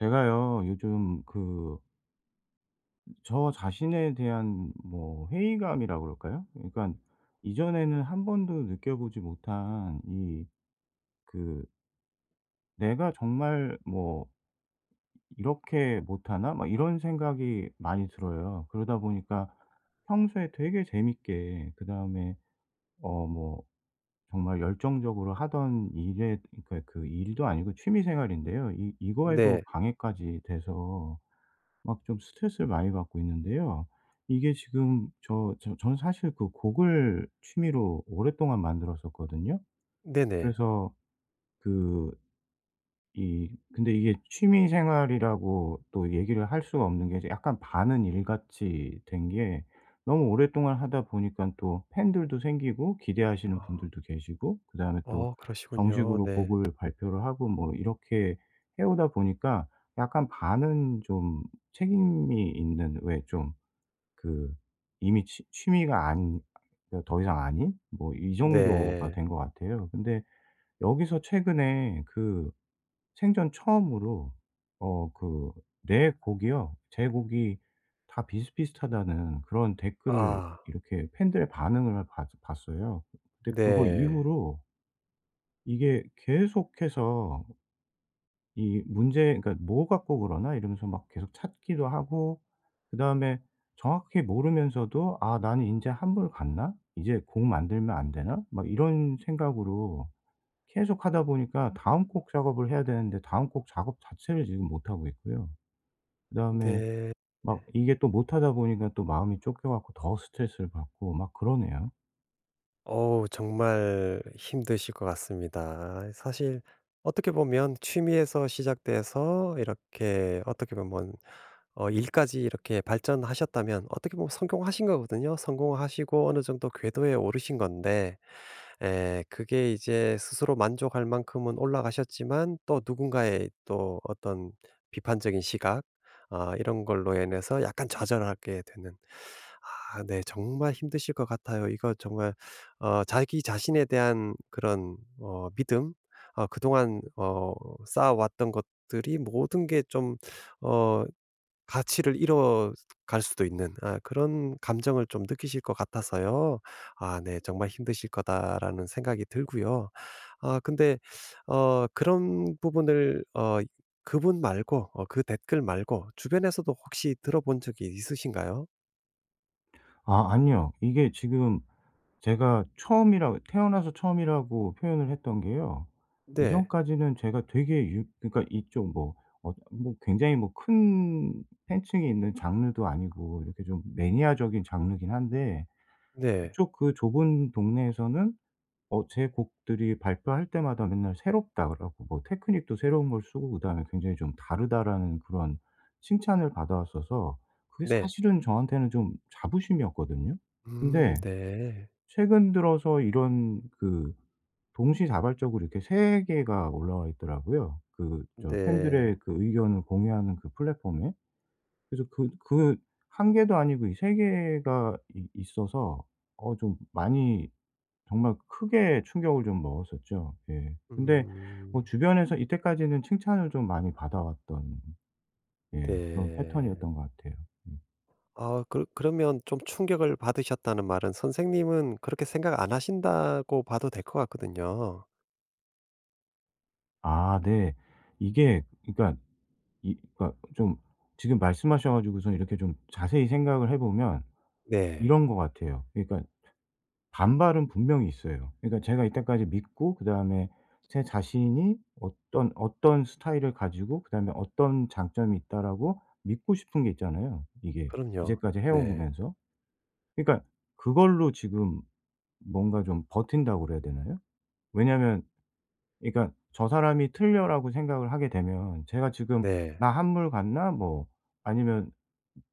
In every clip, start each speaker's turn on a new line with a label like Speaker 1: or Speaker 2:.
Speaker 1: 제가요, 요즘 저 자신에 대한 뭐 회의감이라 그럴까요? 그러니까 이전에는 한 번도 느껴보지 못한 그, 내가 정말 뭐 이렇게 못하나? 막 이런 생각이 많이 들어요. 그러다 보니까 평소에 되게 재밌게, 그 다음에, 어, 뭐, 정말 열정적으로 하던 일에, 그러니까 그 일도 아니고 취미 생활인데요. 이거에도
Speaker 2: 네.
Speaker 1: 방해까지 돼서 막 좀 스트레스를 많이 받고 있는데요. 이게 지금 저는 사실 그 곡을 취미로 오랫동안 만들었었거든요.
Speaker 2: 네네.
Speaker 1: 그래서 그 이 근데 이게 취미 생활이라고 또 얘기를 할 수가 없는 게 이제 약간 반은 일같이 된 게 너무 오랫동안 하다 보니까 또 팬들도 생기고 기대하시는
Speaker 2: 아.
Speaker 1: 분들도 계시고 그다음에 또
Speaker 2: 그러시군요.
Speaker 1: 정식으로
Speaker 2: 네.
Speaker 1: 곡을 발표를 하고 뭐 이렇게 해오다 보니까 약간 반은 좀 책임이 있는 왜 그 이미 취 취미가 아닌 그러니까 더 이상 아닌 뭐 이 정도가
Speaker 2: 네.
Speaker 1: 된 것 같아요. 근데 여기서 최근에 그 생전 처음으로 어 그 "내 곡이요. 제 곡이 다 비슷비슷하다."는 그런 댓글을
Speaker 2: 아.
Speaker 1: 이렇게 팬들의 반응을 봤 봤어요. 근데 그거
Speaker 2: 네.
Speaker 1: 이후로 이게 계속해서 이 문제 그러니까 '뭐 갖고 그러나?' 이러면서 막 계속 찾기도 하고 그다음에 정확히 모르면서도 '아 나는 인제 한물 갔나? 이제 곡 만들면 안 되나?' 막 이런 생각으로 계속 하다 보니까 다음 곡 작업을 해야 되는데 다음 곡 작업 자체를 지금 못 하고 있고요. 그다음에
Speaker 2: 네.
Speaker 1: 막 이게 또 못 하다 보니까 또 마음이 쫓겨 갖고 더 스트레스를 받고 막 그러네요.
Speaker 2: 어우 정말 힘드실 것 같습니다. 사실 어떻게 보면 취미에서 시작돼서 이렇게 어떻게 보면 일까지 이렇게 발전하셨다면 어떻게 보면 성공하신 거거든요. 성공하시고 어느 정도 궤도에 오르신 건데 에 그게 이제 스스로 만족할 만큼은 올라가셨지만 또 누군가의 또 어떤 비판적인 시각, 이런 걸로 인해서 약간 좌절하게 되는, 네, 정말 힘드실 것 같아요. 이거 정말 자기 자신에 대한 그런 믿음, 그동안 쌓아왔던 것들이 모든 게 좀 어 가치를 잃어갈 수도 있는, 그런 감정을 좀 느끼실 것 같아서요. 네. 정말 힘드실 거다라는 생각이 들고요. 근데 그런 부분을 그분 말고 그 댓글 말고 주변에서도 혹시 들어본 적이 있으신가요?
Speaker 1: 아 아니요. 이게 지금 제가 처음이라 태어나서 처음이라고 표현을 했던 게요.
Speaker 2: 네.
Speaker 1: 이전까지는 제가 되게 유 그러니까 이쪽 굉장히 뭐 큰 팬층이 있는 장르도 아니고 이렇게 좀 매니아적인 장르긴 한데
Speaker 2: 네.
Speaker 1: 그쪽 그 좁은 동네에서는 어 제 곡들이 발표할 때마다 맨날 "새롭다." 그러고 뭐 테크닉도 새로운 걸 쓰고 그다음에 굉장히 좀 다르다라는 그런 칭찬을 받아왔어서 그게
Speaker 2: 네.
Speaker 1: 사실은 저한테는 좀 자부심이었거든요. 근데
Speaker 2: 네.
Speaker 1: 최근 들어서 이런 그 동시다발적으로 이렇게 세 개가 올라와 있더라고요, 그 저
Speaker 2: 네.
Speaker 1: 팬들의 그 의견을 공유하는 그 플랫폼에. 그래서 한 개도 아니고 이 세 개가 이 있어서 어 좀 많이 정말 크게 충격을 좀 먹었었죠. 예. 근데 뭐
Speaker 2: 음.
Speaker 1: 주변에서 이때까지는 칭찬을 좀 많이 받아왔던 예 그런
Speaker 2: 네.
Speaker 1: 패턴이었던 것 같아요. 음.
Speaker 2: 그러면 좀 충격을 받으셨다는 말은 선생님은 그렇게 생각 안 하신다고 봐도 될 것 같거든요.
Speaker 1: 아 네. 이게 그러니까 이 그러니까 좀 지금 말씀하셔 가지고서 이렇게 좀 자세히 생각을 해 보면
Speaker 2: 네.
Speaker 1: 이런 것 같아요. 그러니까 반발은 분명히 있어요. 그러니까 제가 이때까지 믿고 그다음에 제 자신이 어떤 스타일을 가지고 그다음에 어떤 장점이 있다라고 믿고 싶은 게 있잖아요, 이게
Speaker 2: 그럼요.
Speaker 1: 이제까지 해온 거
Speaker 2: 네.
Speaker 1: 면서 그러니까 그걸로 지금 뭔가 좀 버틴다고 그래야 되나요? 왜냐하면 그러니까 '저 사람이 틀려.'라고 생각을 하게 되면 제가 지금
Speaker 2: 네.
Speaker 1: '나 한물 갔나?' 뭐 아니면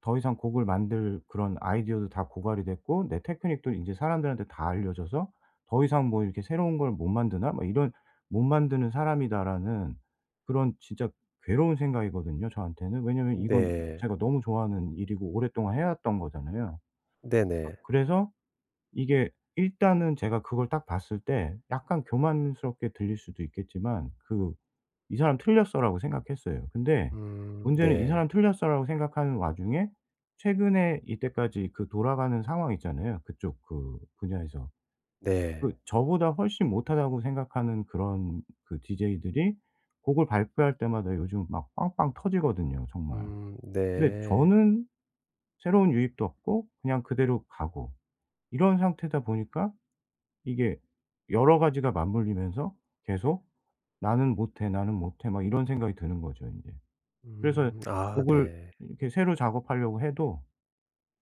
Speaker 1: 더 이상 곡을 만들 그런 아이디어도 다 고갈이 됐고 내 테크닉도 인제 사람들한테 다 알려져서 '더 이상 뭐 이렇게 새로운 걸 못 만드나?' 막 이런 '못 만드는 사람이다.'라는 그런 진짜 괴로운 생각이거든요 저한테는. 왜냐면 이건
Speaker 2: 네.
Speaker 1: 제가 너무 좋아하는 일이고 오랫동안 해 왔던 거잖아요.
Speaker 2: 네네.
Speaker 1: 그래서 이게 일단은 제가 그걸 딱 봤을 때 약간 교만스럽게 들릴 수도 있겠지만 그 '이 사람 틀렸어.'라고 생각했어요. 근데 문제는 '이
Speaker 2: 네.
Speaker 1: 사람 틀렸어.'라고 생각하는 와중에 최근에 이때까지 그 돌아가는 상황 있잖아요, 그쪽 그 분야에서.
Speaker 2: 네.
Speaker 1: 그 저보다 훨씬 못하다고 생각하는 그런 그 디제이들이 곡을 발표할 때마다 요즘 막 빵빵 터지거든요, 정말. 근데
Speaker 2: 네.
Speaker 1: 저는 새로운 유입도 없고 그냥 그대로 가고 이런 상태다 보니까 이게 여러 가지가 맞물리면서 계속 '나는 못해. 나는 못해.' 막 이런 생각이 드는 거죠 인제. 그래서
Speaker 2: 아
Speaker 1: 곡을
Speaker 2: 네.
Speaker 1: 이렇게 새로 작업하려고 해도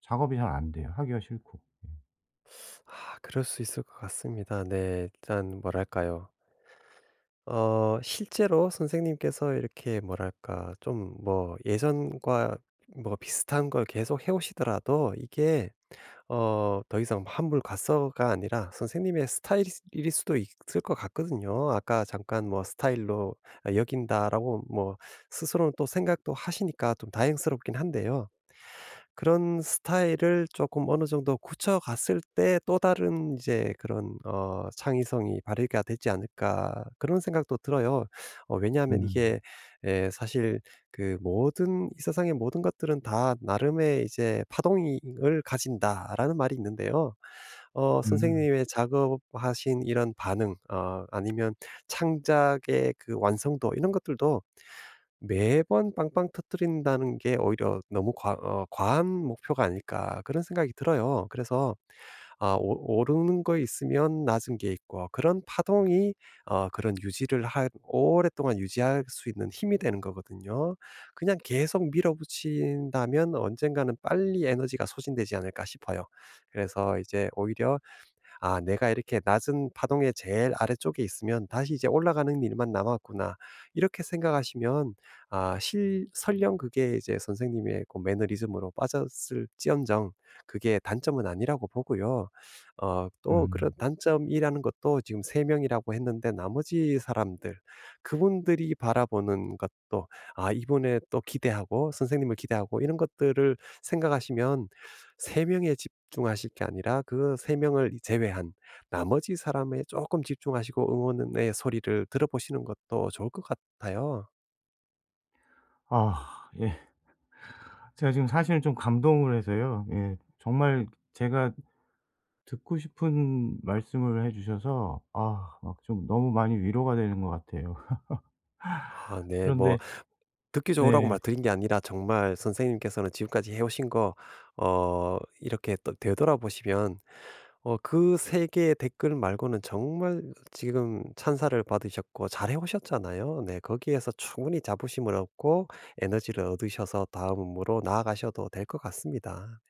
Speaker 1: 작업이 잘 안 돼요, 하기가 싫고.
Speaker 2: 그럴 수 있을 것 같습니다. 네. 일단 뭐랄까요. 실제로 선생님께서 이렇게 뭐랄까 좀 뭐 예전과 뭐 비슷한 걸 계속 해 오시더라도 이게 더 이상 환불 갔어가 아니라 선생님의 스타일일 수도 있을 것 같거든요. 아까 잠깐 뭐 '스타일로 여긴다.'라고 뭐 스스로는 또 생각도 하시니까 좀 다행스럽긴 한데요. 그런 스타일을 조금 어느 정도 굳혀 갔을 때 또 다른 이제 그런 '창의성이 발휘가 되지 않을까.' 그런 생각도 들어요. 왜냐하면
Speaker 1: 음.
Speaker 2: 이게, 사실 그 모든 이 세상의 모든 것들은 다 나름의 이제 파동을 가진다라는 말이 있는데요.
Speaker 1: 음.
Speaker 2: 선생님의 작업하신 이런 반응 아니면 창작의 그 완성도 이런 것들도 매번 빵빵 터뜨린다는 게 오히려 너무 과 어 '과한 목표가 아닐까.' 그런 생각이 들어요. 그래서 아 오 오르는 거 있으면 낮은 게 있고 그런 파동이, 그런 유지를 할 오랫동안 유지할 수 있는 힘이 되는 거거든요. 그냥 계속 밀어붙인다면 언젠가는 빨리 에너지가 소진되지 않을까 싶어요. 그래서 이제 오히려 내가 이렇게 낮은 파동의 제일 아래쪽에 있으면 다시 이제 올라가는 일만 남았구나.' 이렇게 생각하시면, 아 실 설령 그게 이제 선생님의 그 매너리즘으로 빠졌을지언정 그게 단점은 아니라고 보고요. 또 그런
Speaker 1: 음.
Speaker 2: 단점이라는 것도 지금 세 명이라고 했는데 나머지 사람들, 그분들이 바라보는 것도 이분에 또 기대하고 선생님을 기대하고 이런 것들을 생각하시면 3 명에 집중하실 게 아니라 그 3 명을 제외한 나머지 사람에 조금 집중하시고 응원의 소리를 들어보시는 것도 좋을 것 같아요.
Speaker 1: 아 예. 제가 지금 사실 좀 감동을 해서요. 예. 정말 제가 듣고 싶은 말씀을 해 주셔서 아 막 좀 너무 많이 위로가 되는 것 같아요.
Speaker 2: 네. 뭐
Speaker 1: 그런데
Speaker 2: 듣기 좋으라고
Speaker 1: 네.
Speaker 2: 말드린 게 아니라 정말 선생님께서는 지금까지 해 오신 거 이렇게 또 되돌아보시면 그 3 개의 댓글 말고는 정말 지금 찬사를 받으셨고 잘해 오셨잖아요. 네. 거기에서 충분히 자부심을 얻고 에너지를 얻으셔서 다음으로 나아가셔도 될 것 같습니다.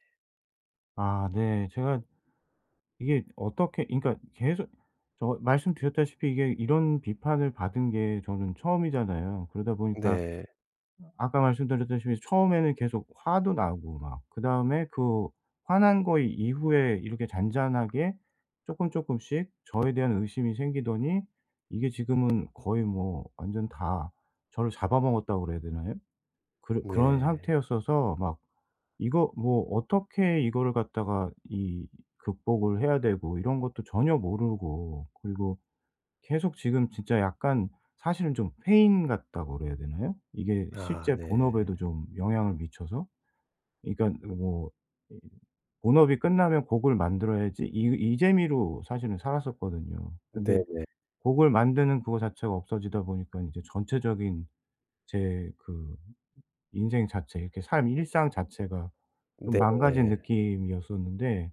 Speaker 1: 아 네. 제가 이게 어떻게 그러니까 계속 저 말씀드렸다시피 이게 이런 비판을 받은 게 저는 처음이잖아요. 그러다 보니까
Speaker 2: 네.
Speaker 1: 아까 말씀드렸다시피 처음에는 계속 화도 나고 막 그다음에 그 화난 거 이후에 이렇게 잔잔하게 쪼끔씩 저에 대한 의심이 생기더니 이게 지금은 거의 뭐 완전 다 저를 잡아먹었다고 그래야 되나요? 그런
Speaker 2: 네.
Speaker 1: 상태였어서 막 이거 뭐 어떻게 이거를 갖다가 이 극복을 해야 되고 이런 것도 전혀 모르고 그리고 계속 지금 진짜 약간 사실은 좀 페인 같다고 그래야 되나요? 이게
Speaker 2: 아
Speaker 1: 실제
Speaker 2: 네.
Speaker 1: 본업에도 좀 영향을 미쳐서 그러니까 뭐 이 본업이 끝나면 곡을 만들어야지 이 이 재미로 사실은 살았었거든요. 근데
Speaker 2: 네.
Speaker 1: 곡을 만드는 그거 자체가 없어지다 보니까 인제 전체적인 제그 인생 자체 이렇게 삶 일상 자체가 좀 망가진
Speaker 2: 네.
Speaker 1: 느낌이었었는데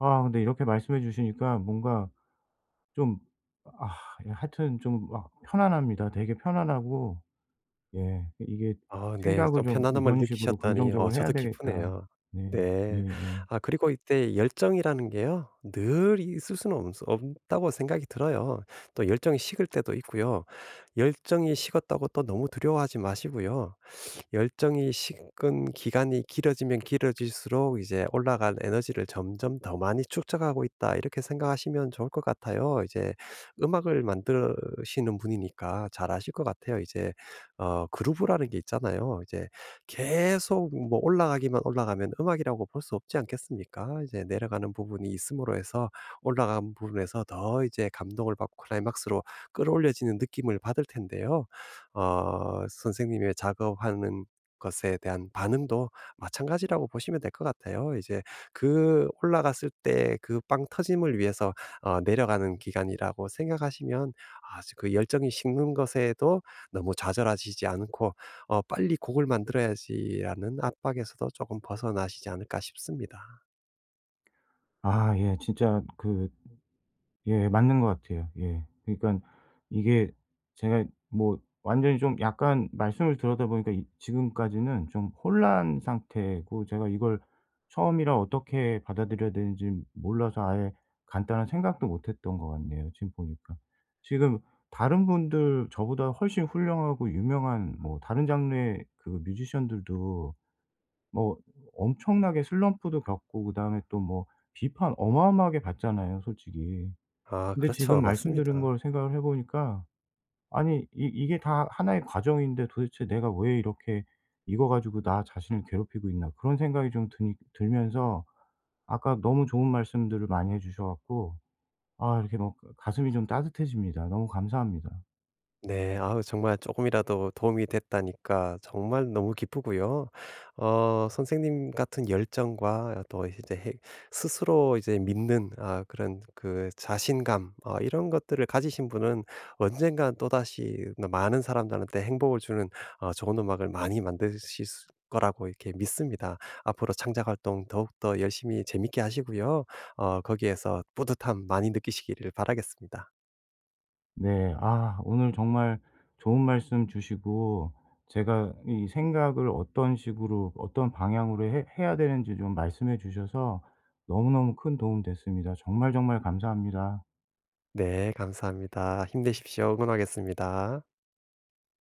Speaker 1: 아 근데 이렇게 말씀해 주시니까 뭔가 좀 아 예 하여튼 좀 막 편안합니다. 되게 편안하고 예 이게
Speaker 2: 네.
Speaker 1: '생각을
Speaker 2: 좀
Speaker 1: 좀
Speaker 2: 편안함을
Speaker 1: 이런 식으로
Speaker 2: 느끼셨다니
Speaker 1: 긍정적으로 해야
Speaker 2: 저도
Speaker 1: 되겠다.'
Speaker 2: 기쁘네요.
Speaker 1: 네.
Speaker 2: 네.
Speaker 1: 예예.
Speaker 2: 그리고 이때 열정이라는 게요. 늘 있을 수는 없 없다고 생각이 들어요. 또 열정이 식을 때도 있고요. 열정이 식었다고 또 너무 두려워하지 마시고요. 열정이 식은 기간이 길어지면 길어질수록 이제 올라간 에너지를 점점 더 많이 축적하고 있다. 이렇게 생각하시면 좋을 것 같아요. 이제 음악을 만드시는 분이니까 잘 아실 것 같아요. 이제 그루브라는 게 있잖아요. 이제 계속 뭐 올라가기만 올라가면 음악이라고 볼 수 없지 않겠습니까? 이제 내려가는 부분이 있음으로 해서 올라간 부분에서 더 이제 감동을 받고 클라이막스로 끌어올려지는 느낌을 받을 텐데요. 선생님의 작업하는 것에 대한 반응도 마찬가지라고 보시면 될 것 같아요. 이제 그 올라갔을 때 그 빵 터짐을 위해서 내려가는 기간이라고 생각하시면, 아그 열정이 식는 것에도 너무 좌절하시지 않고 '빨리 곡을 만들어야지.'라는 압박에서도 조금 벗어나시지 않을까 싶습니다.
Speaker 1: 아 예 진짜 그 예. 맞는 것 같아요. 예. 그러니까 이게 제가 뭐 완전히 좀 약간 말씀을 들었다 보니까 이 지금까지는 좀 혼란 상태고 제가 이걸 처음이라 어떻게 받아들여야 되는지 몰라서 아예 간단한 생각도 못 했던 것 같네요 지금 보니까. 지금 다른 분들 저보다 훨씬 훌륭하고 유명한 뭐 다른 장르의 그 뮤지션들도 뭐 엄청나게 슬럼프도 겪고 그다음에 또 뭐 비판 어마어마하게 받잖아요 솔직히. 근데
Speaker 2: 그렇죠.
Speaker 1: 지금 말씀드린
Speaker 2: 맞습니다.
Speaker 1: 걸 생각을 해 보니까 아니 이 이게 다 하나의 과정인데 도대체 내가 왜 이렇게 이거 가지고 나 자신을 괴롭히고 있나 그런 생각이 좀 드니 들면서 아까 너무 좋은 말씀들을 많이 해 주셔 갖고 아 이렇게 뭐 가슴이 좀 따뜻해집니다. 너무 감사합니다.
Speaker 2: 네. 아우, 정말 조금이라도 도움이 됐다니까 정말 너무 기쁘고요. 선생님 같은 열정과 또 이제 해 스스로 이제 믿는, 그런 그 자신감, 이런 것들을 가지신 분은 언젠간 또다시 많은 사람들한테 행복을 주는 좋은 음악을 많이 만드실 수- 거라고 이렇게 믿습니다. 앞으로 창작 활동 더욱더 열심히 재밌게 하시고요. 거기에서 뿌듯함 많이 느끼시기를 바라겠습니다.
Speaker 1: 네. 아 오늘 정말 좋은 말씀 주시고 제가 이 생각을 어떤 식으로 어떤 방향으로 해 해야 되는지 좀 말씀해 주셔서 너무너무 큰 도움 됐습니다. 정말 정말 감사합니다.
Speaker 2: 네, 감사합니다. 힘내십시오. 응원하겠습니다.